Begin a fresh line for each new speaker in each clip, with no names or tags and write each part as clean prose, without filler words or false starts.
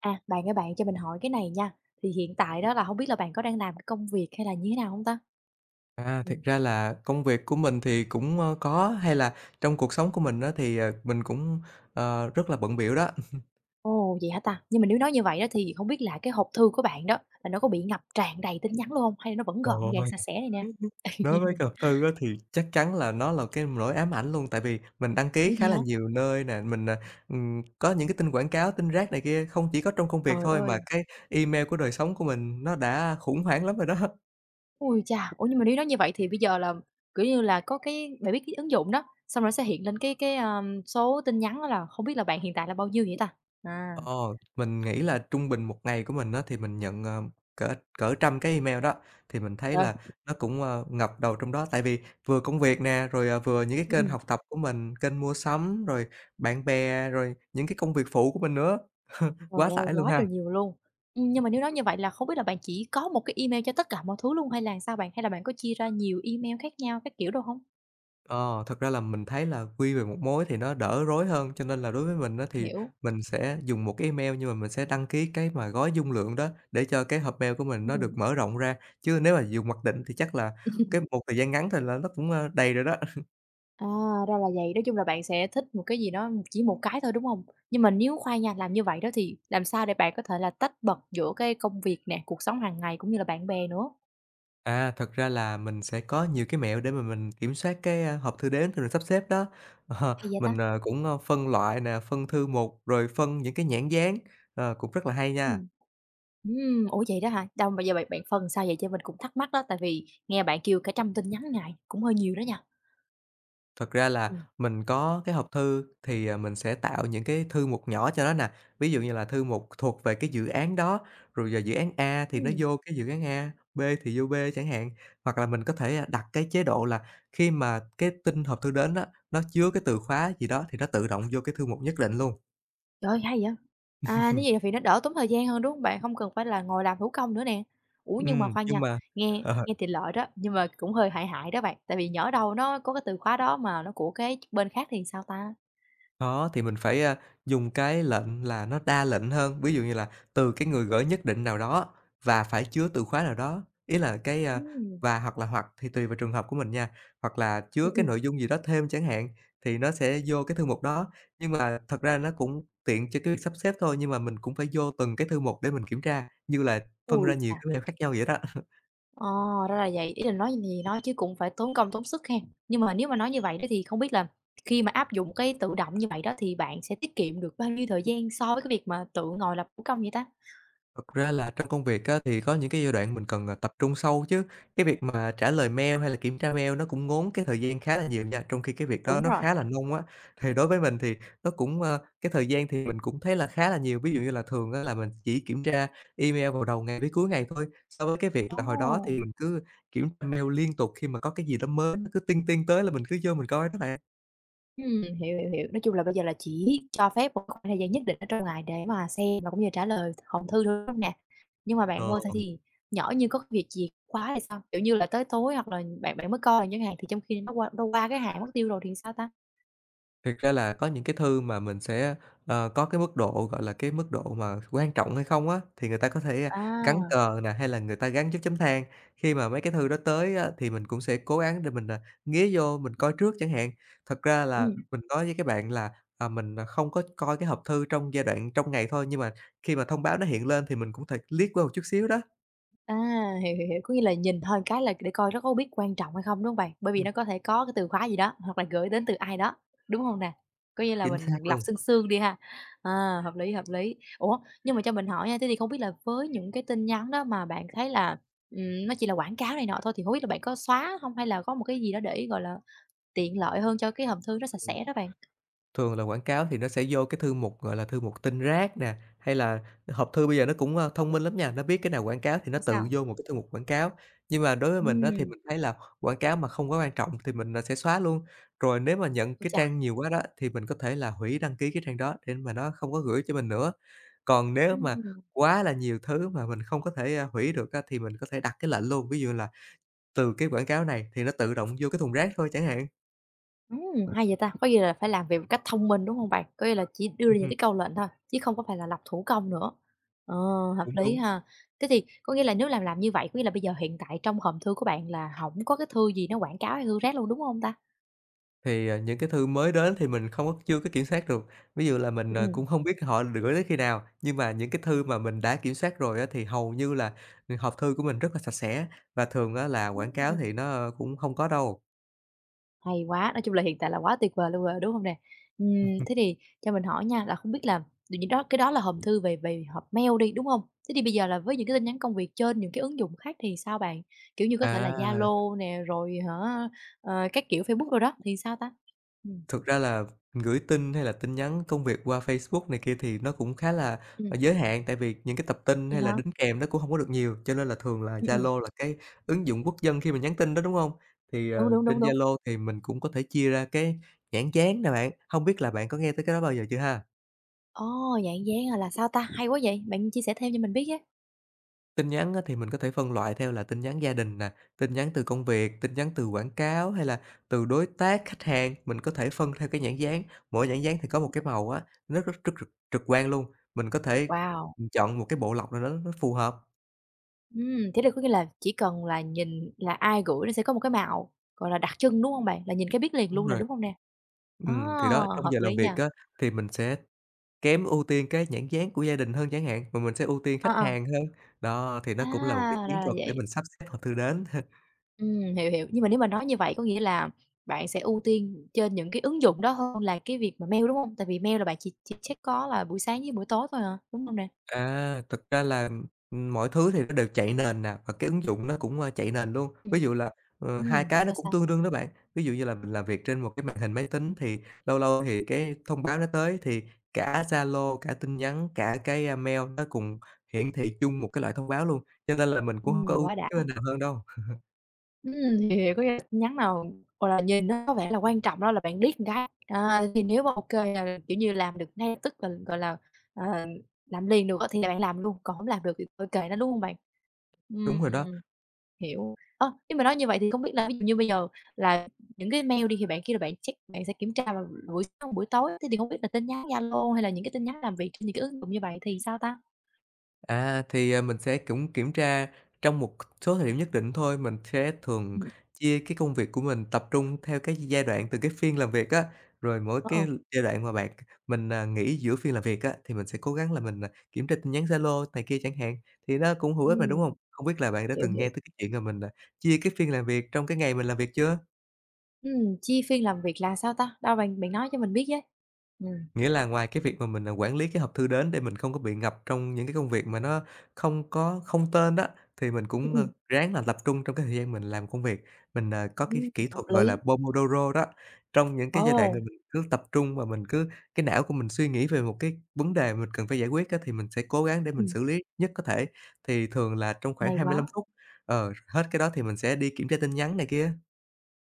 À, bạn ơi bạn cho mình hỏi cái này nha. Thì hiện tại đó là không biết là bạn có đang làm cái công việc hay là như thế nào không ta?
À, thực
Ừm.
ra là công việc của mình thì cũng, có, hay là trong cuộc sống của mình đó thì, mình cũng, rất là bận bịu đó.
Ồ, vậy hả ta? Nhưng mà nếu nói như vậy đó thì không biết là cái hộp thư của bạn đó là nó có bị ngập tràn đầy tin nhắn luôn không? Hay là nó vẫn
Trời
gọn gàng,
ơi!
sạch sẽ này nè?
Đối với luật sư á thì chắc chắn là nó là cái nỗi ám ảnh luôn, tại vì mình đăng ký
Ủa, gì
khá
hả?
là nhiều nơi nè, mình, có những cái tin quảng cáo, tin rác này kia, không chỉ có trong công việc
Trời
thôi mà
ơi!
cái email của đời sống của mình nó đã khủng hoảng lắm rồi đó.
Ui chà. Ủa, nhưng mà nếu nói như vậy thì bây giờ là, kiểu như là, có cái bạn biết cái ứng dụng đó, xong rồi nó sẽ hiện lên cái số tin nhắn đó là không biết là bạn hiện tại là bao nhiêu vậy ta? À.
Ờ, mình nghĩ là trung bình một ngày của mình á, thì mình nhận, cỡ cỡ trăm cái email đó, thì mình thấy
Trời!
là nó cũng, ngập đầu trong đó. Tại vì vừa công việc nè, rồi, vừa những cái
Ừm,
kênh
ừm.
học tập của mình, kênh mua sắm, rồi bạn bè, rồi những cái công việc phụ của mình nữa.
Trời
Quá
ơi,
tải luôn
quá trời
ha.
nhiều luôn. Nhưng mà nếu nói như vậy là không biết là bạn chỉ có một cái email cho tất cả mọi thứ luôn hay là sao bạn? Hay là bạn có chia ra nhiều email khác nhau các kiểu đâu không?
Ờ, thật ra là mình thấy là quy về một mối thì nó đỡ rối hơn, cho nên là đối với mình á, thì
Hiểu.
mình sẽ dùng một cái email nhưng mà mình sẽ đăng ký cái mà gói dung lượng đó để cho cái hộp mail của mình nó
Ừm.
được mở rộng ra, chứ nếu mà dùng mặc định thì chắc là cái một thời gian ngắn thì là nó cũng, đầy rồi đó.
À, ra là vậy, nói chung là bạn sẽ thích một cái gì đó chỉ một cái thôi, đúng không? Nhưng mà nếu khoan nha, làm như vậy đó thì làm sao để bạn có thể là tách bật giữa cái công việc nè, cuộc sống hàng ngày cũng như là bạn bè nữa?
À, thật ra là mình sẽ có nhiều cái mẹo để mà mình kiểm soát cái, hộp thư đến rồi sắp xếp đó.
Hay vậy ta?
Mình, cũng, phân loại nè, phân thư một rồi phân những cái nhãn dán, cũng rất là hay
Ừ.
nha.
Ủa vậy đó hả? Đâu mà giờ bạn bạn phân sao vậy? Cho mình cũng thắc mắc đó, tại vì nghe bạn kêu cả trăm tin nhắn ngày cũng hơi nhiều đó nha.
Thật ra là
Ừm.
mình có cái hộp thư thì, mình sẽ tạo những cái thư mục nhỏ cho nó nè, ví dụ như là thư mục thuộc về cái dự án đó, rồi giờ dự án A thì nó
Ừm.
vô cái dự án A, B thì vô B chẳng hạn. Hoặc là mình có thể, đặt cái chế độ là khi mà cái tin hộp thư đến đó nó chứa cái từ khóa gì đó thì nó tự động vô cái thư mục nhất định luôn.
Trời ơi, hay vậy! À, nếu vậy thì nó đỡ tốn thời gian hơn, đúng hông bạn? Hông cần phải là ngồi làm thủ công nữa nè. Ủa, nhưng mà khoan
Nhưng
nha,
mà
nghe nghe thì lợi đó, nhưng mà cũng hơi hại hại đó bạn, tại vì nhỡ đâu nó có cái từ khóa đó mà nó của cái bên khác thì sao ta?
Có, thì mình phải, dùng cái lệnh là nó đa lệnh hơn, ví dụ như là từ cái người gửi nhất định nào đó và phải chứa từ khóa nào đó. Ý là cái,
Ừm,
và hoặc là hoặc thì tùy vào trường hợp của mình nha, hoặc là
ừm,
chứa cái
ừm.
nội dung gì đó thêm chẳng hạn, thì nó sẽ vô cái thư mục đó. Nhưng mà thật ra nó cũng tiện cho cái việc sắp xếp thôi, nhưng mà mình cũng phải vô từng cái thư mục để mình kiểm tra, như là phân
Ôi
ra nhiều
chà!
cái mail khác nhau vậy đó.
Ờ, ra là vậy, ý là nói gì nói chứ cũng phải tốn công tốn sức ha. Nhưng mà nếu mà nói như vậy đó thì không biết là khi mà áp dụng cái tự động như vậy đó thì bạn sẽ tiết kiệm được bao nhiêu thời gian so với cái việc mà tự ngồi làm thủ công vậy ta?
Thực ra là trong công việc á, thì có những cái giai đoạn mình cần, tập trung sâu chứ, cái việc mà trả lời mail hay là kiểm tra mail nó cũng ngốn cái thời gian khá là nhiều nha, trong khi cái việc đó
Đúng
nó
rồi.
khá là nông á. Thì đối với mình thì nó cũng, cái thời gian thì mình cũng thấy là khá là nhiều, ví dụ như là thường á là mình chỉ kiểm tra email vào đầu ngày với cuối ngày thôi, so với cái việc là hồi đó
Ồ!
thì mình cứ kiểm tra mail liên tục khi mà có cái gì đó mới nó cứ tinh tinh tới là mình cứ vô mình coi đó bạn.
Hiểu, hiểu, hiểu. Nói chung là bây giờ là chỉ cho phép một khoảng thời gian nhất định ở trong ngày để mà xem và cũng như trả lời hòm thư thôi, đúng hông nè? Nhưng mà bạn
Ờ.
ơi, thế thì nhỡ như có cái việc gì quá thì sao? Kiểu như là tới tối hoặc là bạn bạn mới coi chẳng hạn, thì trong khi nó qua đâu qua cái hạn mất tiêu rồi thì sao ta?
Thực ra là có những cái thư mà mình sẽ, có cái mức độ, gọi là, cái mức độ mà quan trọng hay không á, thì người ta có thể, gắn
À,
cờ nè, hay là người ta gắn dấu chấm than. Khi mà mấy cái thư đó tới á, thì mình cũng sẽ cố gắng để mình, nghía vô mình coi trước chẳng hạn. Thật ra là
ừm.
mình nói với các bạn là, mình, không có coi cái hộp thư trong giai đoạn trong ngày thôi, nhưng mà khi mà thông báo nó hiện lên thì mình cũng thể liếc qua một chút xíu đó.
À, hiểu, hiểu, hiểu, có nghĩa là nhìn thôi cái là để coi nó có biết quan trọng hay không, đúng không bạn? Bởi vì
Ừm,
nó có thể có cái từ khóa gì đó, hoặc là gửi đến từ ai đó, đúng không nè? Có nghĩa là
chính xác
mình lọc
luôn.
sương sương đi ha. À, hợp lý, hợp lý. Ủa, nhưng mà cho mình hỏi nha, thế thì không biết là với những cái tin nhắn đó mà bạn thấy là, nó chỉ là quảng cáo này nọ thôi thì không biết là bạn có xóa không? Hay là có một cái gì đó để, gọi là, tiện lợi hơn cho cái hòm thư nó sạch
Ừm.
sẽ đó bạn?
Thường là quảng cáo thì nó sẽ vô cái thư mục, gọi là, thư mục tin rác nè, hay là hộp thư bây giờ nó cũng, thông minh lắm nha, nó biết cái nào quảng cáo thì nó
Sao, sao?
tự vô một cái thư mục quảng cáo. Nhưng mà đối với mình đó thì
Ừ,
mình thấy là quảng cáo mà không có quan trọng thì mình, sẽ xóa luôn. Rồi nếu mà nhận
ôi
cái
chà!
trang nhiều quá đó, thì mình có thể là hủy đăng ký cái trang đó để mà nó không có gửi cho mình nữa. Còn nếu mà
Ừm.
quá là nhiều thứ mà mình không có thể, hủy được á, thì mình có thể đặt cái lệnh luôn, ví dụ là từ cái quảng cáo này thì nó tự động vô cái thùng rác thôi chẳng hạn.
Hay vậy ta! Có nghĩa là phải làm việc một cách thông minh, đúng không bạn? Có nghĩa là chỉ đưa ra những cái câu lệnh thôi, chứ không có phải là lập thủ công nữa. Ờ, hợp
Đúng,
lý
đúng.
ha. Thế thì có nghĩa là nếu làm như vậy, có nghĩa là bây giờ hiện tại trong hòm thư của bạn là không có cái thư gì nó quảng cáo hay thư rác luôn, đúng không ta?
Thì, những cái thư mới đến thì mình không có chưa có kiểm soát được, ví dụ là mình,
Ừm, ừm.
cũng không biết họ gửi tới khi nào, nhưng mà những cái thư mà mình đã kiểm soát rồi á thì hầu như là, hộp thư của mình rất là sạch sẽ và thường á là quảng cáo thì nó cũng không có đâu.
Hay quá, nói chung là hiện tại là quá tuyệt vời luôn rồi, đúng không nè? Ừm, thế thì cho mình hỏi nha, là không biết là tự nhiên đó cái đó là hòm thư về về hộp mail đi, đúng không? Thế thì bây giờ là với những cái tin nhắn công việc trên những cái ứng dụng khác thì sao bạn? Kiểu như, có thể là
À.
Zalo nè, rồi hả, các kiểu Facebook rồi đó thì sao ta? Ừm,
Thực ra là gửi tin hay là tin nhắn công việc qua Facebook này kia thì nó cũng khá là,
ừm,
giới hạn, tại vì những cái tập tin
vậy
hay là
hả?
đính kèm nó cũng không có được nhiều, cho nên là thường là
Ừm, ừm,
Zalo là cái ứng dụng quốc dân khi mà nhắn tin đó, đúng không? Thì,
đúng, đúng, đúng,
trên
đúng.
Zalo thì mình cũng có thể chia ra cái nhãn dán nè bạn, không biết là bạn có nghe tới cái đó bao giờ chưa ha?
Ồ, dạng dán, à, là sao ta? Hay quá vậy, bạn chia sẻ thêm cho mình biết nhé.
Tin nhắn á thì mình có thể phân loại theo là tin nhắn gia đình nè, tin nhắn từ công việc, tin nhắn từ quảng cáo hay là từ đối tác, khách hàng, mình có thể phân theo cái nhãn dán, mỗi nhãn dán thì có một cái màu á, nó rất rất trực trực quan luôn, mình có thể,
Wow!
chọn một cái bộ lọc nào đó nó phù hợp.
Thế là có nghĩa là chỉ cần là nhìn là ai gửi nó sẽ có một cái màu, gọi là, đặc trưng, đúng hông bạn? Là nhìn cái biết liền
Đúng
luôn nè,
rồi,
đúng hông nè? Ờ,
thì đó, trong
hợp
giờ làm
lý
việc
nha.
á, thì mình sẽ kém ưu tiên cái nhãn dán của gia đình hơn chẳng hạn, mà mình sẽ ưu tiên
Ờ,
khách
ờ,
hàng hơn. Đó, thì nó
à,
cũng là một cái
ra
chiến
là
thuật để
vậy.
mình sắp xếp hòb thư đến.
Hiểu, hiểu. Nhưng mà nếu mà nói như vậy có nghĩa là bạn sẽ ưu tiên trên những cái ứng dụng đó hơn là cái việc mà mail, đúng hông? Tại vì mail là bạn chỉ check có là buổi sáng với buổi tối thôi hả, đúng hông nè?
À, thực ra là, mọi thứ thì nó đều chạy nền nè, và cái ứng dụng nó cũng, chạy nền luôn. Ví
Ừm,
dụ là, hai cái nó
sao,
cũng
sao?
tương đương đó bạn. Ví dụ như là mình làm việc trên một cái màn hình máy tính thì lâu lâu thì cái thông báo nó tới thì cả Zalo, cả tin nhắn, cả cái, mail nó cùng hiển thị chung một cái loại thông báo luôn, cho nên là mình cũng không có ưu
Quá đã.
tiên cái bên nào hơn đâu.
Hiểu, có nghĩa là tin nhắn nào, gọi là, nhìn nó có vẻ là quan trọng đó là bạn điếc một cái, à, thì nếu mà ô kê, à, kiểu như, làm được ngay lập tức là, gọi là, ờ, làm liền được á thì là bạn làm luôn, còn hổng làm được thì thôi kệ nó, đúng hông bạn?
Đúng
Ừm,
rồi đó.
hiểu. Ơ, nhưng mà nói như vậy thì không biết là ví dụ như bây giờ là những cái mail đi thì bạn kêu là bạn check, bạn sẽ kiểm tra vào buổi sáng, buổi tối, thế thì hông biết là tin nhắn Zalo hay là những cái tin nhắn làm việc trên những cái ứng dụng như vậy thì sao ta?
À, thì, mình sẽ cũng kiểm tra trong một số thời điểm nhất định thôi, mình sẽ thường
Ừm,
chia cái công việc của mình tập trung theo cái giai đoạn từng cái phiên làm việc á. Rồi mỗi
ờ, ờ,
cái giai đoạn mà mình nghỉ giữa phiên làm việc á, thì mình sẽ cố gắng là mình, kiểm tra tin nhắn Zalo này kia chẳng hạn, thì nó cũng hữu ích mà, đúng
ừm,
hông? Không biết là bạn đã
hiểu,
từng
hiểu.
nghe tới cái chuyện là mình, chia cái phiên làm việc trong cái ngày mình làm việc chưa?
Chi phiên làm việc là sao ta? Đâu bạn bạn nói cho mình biết với. Ừm,
Nghĩa là ngoài cái việc mà mình, quản lý cái hộp thư đến để mình không có bị ngập trong những cái công việc mà nó không có không tên đó, thì mình
ừm,
cũng,
ừm,
ráng là tập trung trong cái thời gian mình làm công việc. Mình, có cái kỹ
hợp
thuật gọi là
lý.
Pomodoro đó, trong những cái giai đoạn mà
Wow!
mình cứ tập trung và mình cứ cái não của mình suy nghĩ về một cái vấn đề mình cần phải giải quyết á, thì mình sẽ cố gắng để mình
Ừm,
xử lý nhất có thể. Thì thường là trong khoảng
hay
25
quá.
phút, hết cái đó thì mình sẽ đi kiểm tra tin nhắn này kia.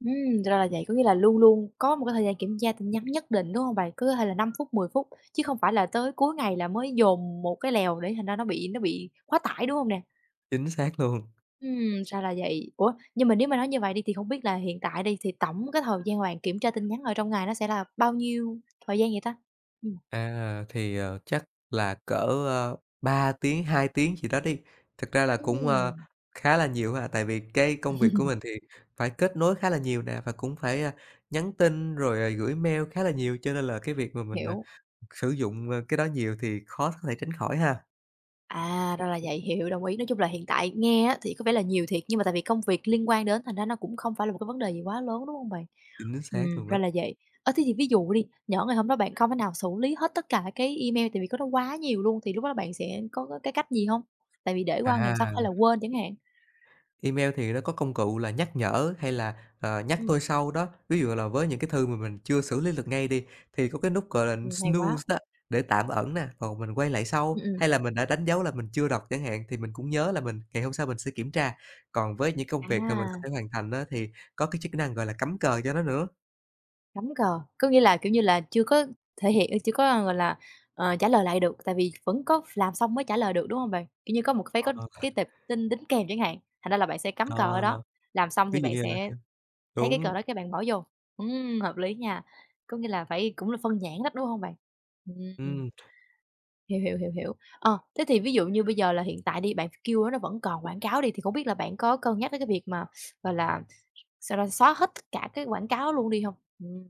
Ra là vậy, có nghĩa là luôn luôn có một cái thời gian kiểm tra tin nhắn nhất định, đúng hông bạn? Cứ hay là 5 phút, 10 phút, chứ không phải là tới cuối ngày là mới dồn một cái lèo để thành ra nó bị quá tải, đúng hông nè?
Chính xác luôn.
Ra là vậy. Ủa, nhưng mà nếu mà nói như vậy đi thì không biết là hiện tại đi thì tổng cái thời gian mà bạn kiểm tra tin nhắn ở trong ngày nó sẽ là bao nhiêu thời gian vậy ta? Ừm,
À, thì, chắc là cỡ, 3 tiếng, 2 tiếng gì đó đi. Thực ra là cũng,
ừm,
khá là nhiều ha, tại vì cái công việc của mình thì phải kết nối khá là nhiều nè, và cũng phải, nhắn tin rồi, gửi mail khá là nhiều, cho nên là cái việc mà mình,
hiểu.
sử dụng, cái đó nhiều thì khó có thể tránh khỏi ha.
À, ra là vậy, hiểu, đồng ý. Nói chung là hiện tại nghe á thì có vẻ là nhiều thiệt, nhưng mà tại vì công việc liên quan đến thành ra nó cũng không phải là một cái vấn đề gì quá lớn, đúng không bạn?
Chính xác luôn đó.
Ra là vậy. Ơ, thế thì ví dụ đi, nhỡ ngày hôm đó bạn không thể nào xử lý hết tất cả cái email tại vì có nó quá nhiều luôn, thì lúc đó bạn sẽ có cái cách gì không? Tại vì để qua ngày hôm sau hay là
À.
quên chẳng hạn.
Email thì nó có công cụ là nhắc nhở hay là, nhắc
Ừm,
tôi sau đó. Ví dụ là với những cái thư mà mình chưa xử lý được ngay đi, thì có cái nút gọi là
hay
snooze
quá.
đó, để tạm ẩn nè, còn mình quay lại sau,
Ừm, ừm.
hay là mình đã đánh dấu là mình chưa đọc chẳng hạn, thì mình cũng nhớ là mình ngày hôm sau mình sẽ kiểm tra. Còn với những công việc mà mình có
À.
thể hoàn thành đó thì có cái chức năng gọi là cắm cờ cho nó nữa.
Cắm cờ, có nghĩa là, kiểu như là, chưa có thể hiện chưa có, gọi là, trả lời lại được, tại vì vẫn có làm xong mới trả lời được, đúng không bạn? Kiểu như, có một phải có
Ờ,
cái tệp tin đính kèm chẳng hạn, thành ra là bạn sẽ cắm cờ ở
ờ,
đó, làm xong
ví
thì
dụ
bạn
như là
sẽ thấy cái cờ
đúng,
đó cái bạn bỏ vô. Hợp lý nha, có nghĩa là phải cũng là phân nhãn đó, đúng không bạn? Ừm,
ừm.
hiểu, hiểu, hiểu, hiểu. Ờ, thế thì ví dụ như bây giờ là hiện tại đi, bạn kêu nó vẫn còn quảng cáo đi, thì không biết là bạn có cân nhắc đến cái việc mà, gọi là, sao ta, xóa hết tất cả cái quảng cáo luôn đi không? Ừm,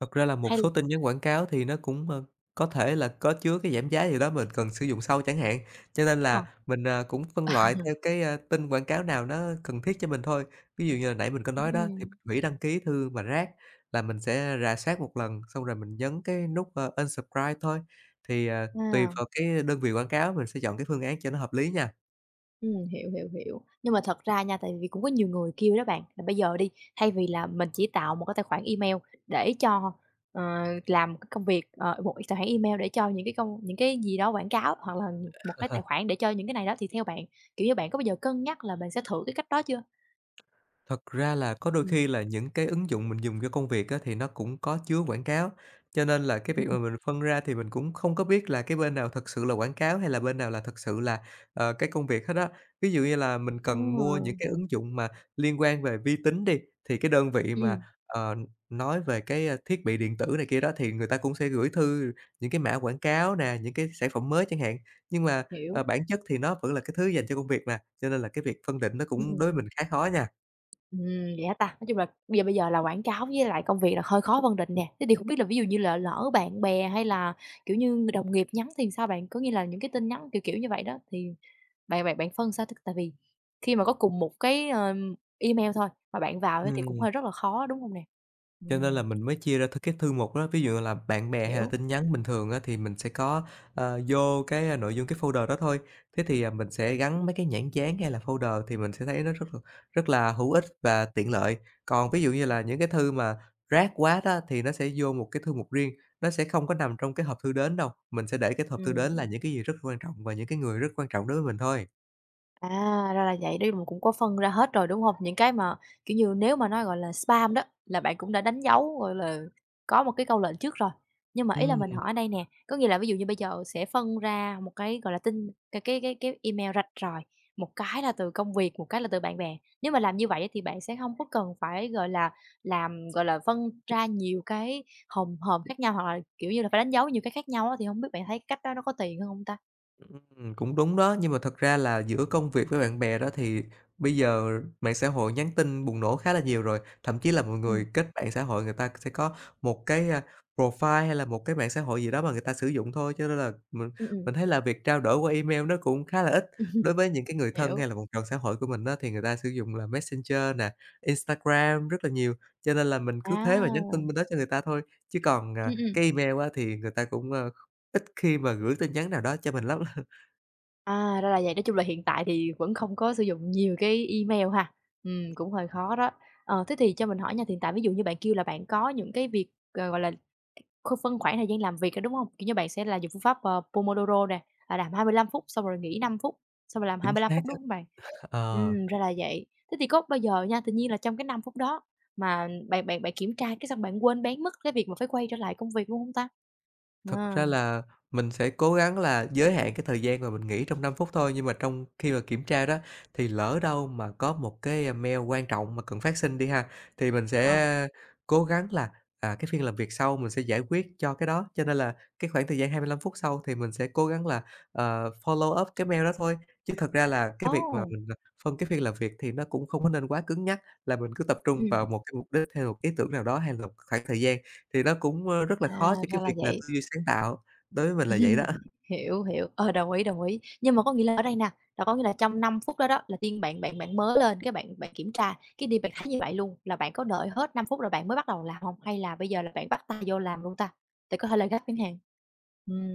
Thật ra là một
hay là
số tin nhắn quảng cáo thì nó cũng, có thể là có chứa cái giảm giá gì đó mình cần sử dụng sau chẳng hạn, cho nên
ờ.
là mình, cũng phân loại theo cái, tin quảng cáo nào nó cần thiết cho mình thôi. Ví dụ như hồi nãy mình có nói đó, thì
Ừm,
mình hủy đăng ký thư mà rác là mình sẽ rà soát một lần, xong rồi mình nhấn cái nút, unsubscribe thôi. Thì, tùy
à,
vào cái đơn vị quảng cáo mình sẽ chọn cái phương án cho nó hợp lý nha.
hiểu, hiểu, hiểu. Nhưng mà thật ra nha, tại vì cũng có nhiều người kêu đó bạn, là bây giờ đi, thay vì là mình chỉ tạo một cái tài khoản email để cho, ờ, làm cái công việc, một cái tài khoản email để cho những cái công những cái gì đó quảng cáo, hoặc là một cái tài khoản để cho những cái này đó, thì theo bạn, kiểu như, bạn có bao giờ cân nhắc là bạn sẽ thử cái cách đó chưa?
Thật ra là có đôi
Ừm.
khi là những cái ứng dụng mình dùng cho công việc á, thì nó cũng có chứa quảng cáo, cho nên là cái việc
Ờ,
mà mình phân ra thì mình cũng không có biết là cái bên nào thật sự là quảng cáo hay là bên nào là thật sự là, cái công việc hết á. Ví dụ như là mình cần mua những cái ứng dụng mà liên quan về vi tính đi, thì cái đơn vị mà, ờ, nói về cái, thiết bị điện tử này kia đó thì người ta cũng sẽ gửi thư những cái mã quảng cáo nè, những cái sản phẩm mới chẳng hạn. Nhưng mà,
hiểu.
bản chất thì nó vẫn là cái thứ dành cho công việc nè cho nên là cái việc phân định nó
Ừm,
cũng
ừm.
đối với mình khá khó nha.
Ừm, vậy hả ta? Nói chung là bây giờ là quảng cáo với lại công việc là hơi khó phân định nè. Thế thì không biết là ví dụ như là lỡ bạn bè hay là, kiểu như, người đồng nghiệp nhắn thì sao bạn? Có nghĩa là những cái tin nhắn kiểu, kiểu như vậy đó, thì bạn bạn bạn phân sao? Tại vì khi mà có cùng một cái, email thôi mà bạn vào á thì cũng
Ừm,
hơi rất là khó, đúng không nè?
cho nên
Ừm,
là mình mới chia ra cái thư mục đó, ví dụ là bạn bè hay là
hiểu,
tin nhắn bình thường á thì mình sẽ có, vô cái, nội dung cái folder đó thôi. Thế thì, mình sẽ gắn mấy cái nhãn dán hay là folder thì mình sẽ thấy nó rất là hữu ích và tiện lợi. Còn ví dụ như là những cái thư mà rác quá đó thì nó sẽ vô một cái thư mục riêng, nó sẽ không có nằm trong cái hộp thư đến đâu, mình sẽ để cái hộp thư đến là
ừm.
những cái gì rất quan trọng và những cái người rất quan trọng đối với mình thôi.
À, ra là vậy, đi mà cũng có phân ra hết rồi, đúng không? Những cái mà, kiểu như, nếu mà nó, gọi là, spam đó, là bạn cũng đã đánh dấu, gọi là, có một cái câu lệnh trước rồi. Nhưng mà ý là mình
Ừm.
hỏi ở đây nè, có nghĩa là ví dụ như bây giờ sẽ phân ra một cái, gọi là, tin cái email rạch ròi, một cái là từ công việc, một cái là từ bạn bè. Nếu mà làm như vậy thì bạn sẽ không có cần phải, gọi là, làm, gọi là, phân ra nhiều cái hòm hòm khác nhau, hoặc là, kiểu như là, phải đánh dấu nhiều cái khác nhau á, thì không biết bạn thấy cái cách đó nó có tiền hơn hông ta?
Cũng đúng đó, nhưng mà thật ra là giữa công việc với bạn bè đó thì bây giờ mạng xã hội nhắn tin bùng nổ khá là nhiều rồi, thậm chí là mọi
Ừm,
người kết bạn xã hội người ta sẽ có một cái, profile hay là một cái mạng xã hội gì đó mà người ta sử dụng thôi, cho nên là mình
ừm, ừm,
mình thấy là việc trao đổi qua email nó cũng khá là ít. Đối với những cái người thân
hiểu.
hay là vòng tròn xã hội của mình đó thì người ta sử dụng là Messenger nè, Instagram rất là nhiều, cho nên là mình cứ thế mà nhắn
À.
tin bên đó cho người ta thôi, chứ còn,
Ừm.
cái email á thì người ta cũng, ít khi mà gửi tin nhắn nào đó cho mình lắm.
À, ra là vậy, nói chung là hiện tại thì vẫn không có sử dụng nhiều cái email ha. Cũng hơi khó đó. Ờ, thế thì cho mình hỏi nha, hiện tại ví dụ như bạn kêu là bạn có những cái việc, gọi là, phân khoảng thời gian làm việc, có đúng hông? Kiểu như, bạn sẽ là dùng phương pháp, Pomodoro nè, là làm 25 phút xong rồi nghỉ 5 phút, xong rồi làm
Chính
25
xác
phút, đúng
á.
hông bạn?
Ờ,
Ra là vậy. Thế thì có bao giờ nha, tự nhiên là trong cái 5 phút đó mà bạn bạn bạn kiểm tra cái xong bạn quên bén mất cái việc mà phải quay trở lại công việc luôn hông ta?
thật
À,
ra là mình sẽ cố gắng là giới hạn cái thời gian mà mình nghỉ trong 5 phút thôi, nhưng mà trong khi mà kiểm tra đó thì lỡ đâu mà có một cái, mail quan trọng mà cần phát sinh đi ha, thì mình
ờ.
sẽ cố gắng là, cái phiên làm việc sau mình sẽ giải quyết cho cái đó. Cho nên là cái khoảng thời gian 25 phút sau thì mình sẽ cố gắng là, follow up cái mail đó thôi. Chứ thật ra là cái việc mà
Ồ!
mình, phân cái phiên làm việc thì nó cũng không có nên quá cứng nhắc, là mình cứ tập trung
Ừm.
vào một cái mục đích hay một ý tưởng nào đó hay là một khoảng thời gian. Thì nó cũng, rất là
À,
khó cho
ra
cái
là
việc là
vậy.
tư duy sáng tạo, đối với mình là vậy đó.
Hiểu, hiểu, ờ, đồng ý, đồng ý. Nhưng mà có nghĩa là ở đây nè, là có nghĩa là trong 5 phút đó đó là tiên bạn bạn bạn mới lên, cái bạn bạn kiểm tra, cái đi bạn thấy như vậy luôn, là bạn có đợi hết 5 phút rồi bạn mới bắt đầu làm hông? Hay là bây giờ là bạn bắt tay vô làm luôn ta? Để có thể là gấp ngắn hạn.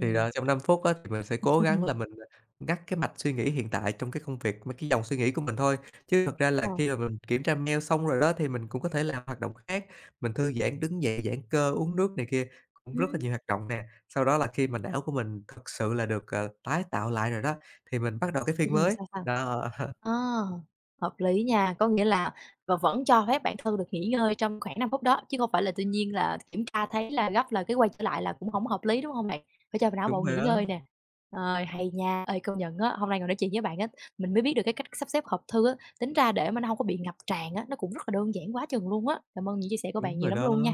Thì, trong 5 phút á thì mình sẽ cố gắng là mình, ngắt cái mạch suy nghĩ hiện tại trong cái công việc, mấy cái dòng suy nghĩ của mình thôi. Chứ thật ra là
Ờ.
khi mà mình kiểm tra mail xong rồi đó thì mình cũng có thể làm hoạt động khác, mình thư giãn, đứng dậy giãn cơ, uống nước này kia, cũng rất là
Ừm.
nhiều hoạt động nè. Sau đó là khi mà não của mình thực sự là được, tái tạo lại rồi đó, thì mình bắt đầu cái phiên mới.
Sao, sao?
Đó,
Ờ, hợp lý nha, có nghĩa là và vẫn cho phép bản thân được nghỉ ngơi trong khoảng 5 phút đó, chứ không phải là tự nhiên là kiểm tra thấy là gấp là cái quay trở lại là cũng không hợp lý, đúng không bạn? Phải cho não bộ
đúng rồi
nghỉ
đó,
ngơi nè. Ờ, hay nha. Ơi công nhận á, hôm nay ngồi nói chuyện với bạn á, mình mới biết được cái cách sắp xếp hộp thư á, tính ra để mà nó không có bị ngập tràn á, nó cũng rất là đơn giản quá chừng luôn á. Cảm ơn những chia sẻ của bạn
đúng
nhiều
rồi
lắm
đó.
luôn nha.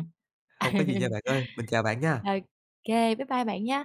Hông có gì nha bạn ơi, mình chào bạn nha.
Ô kê, bye bye bạn nha.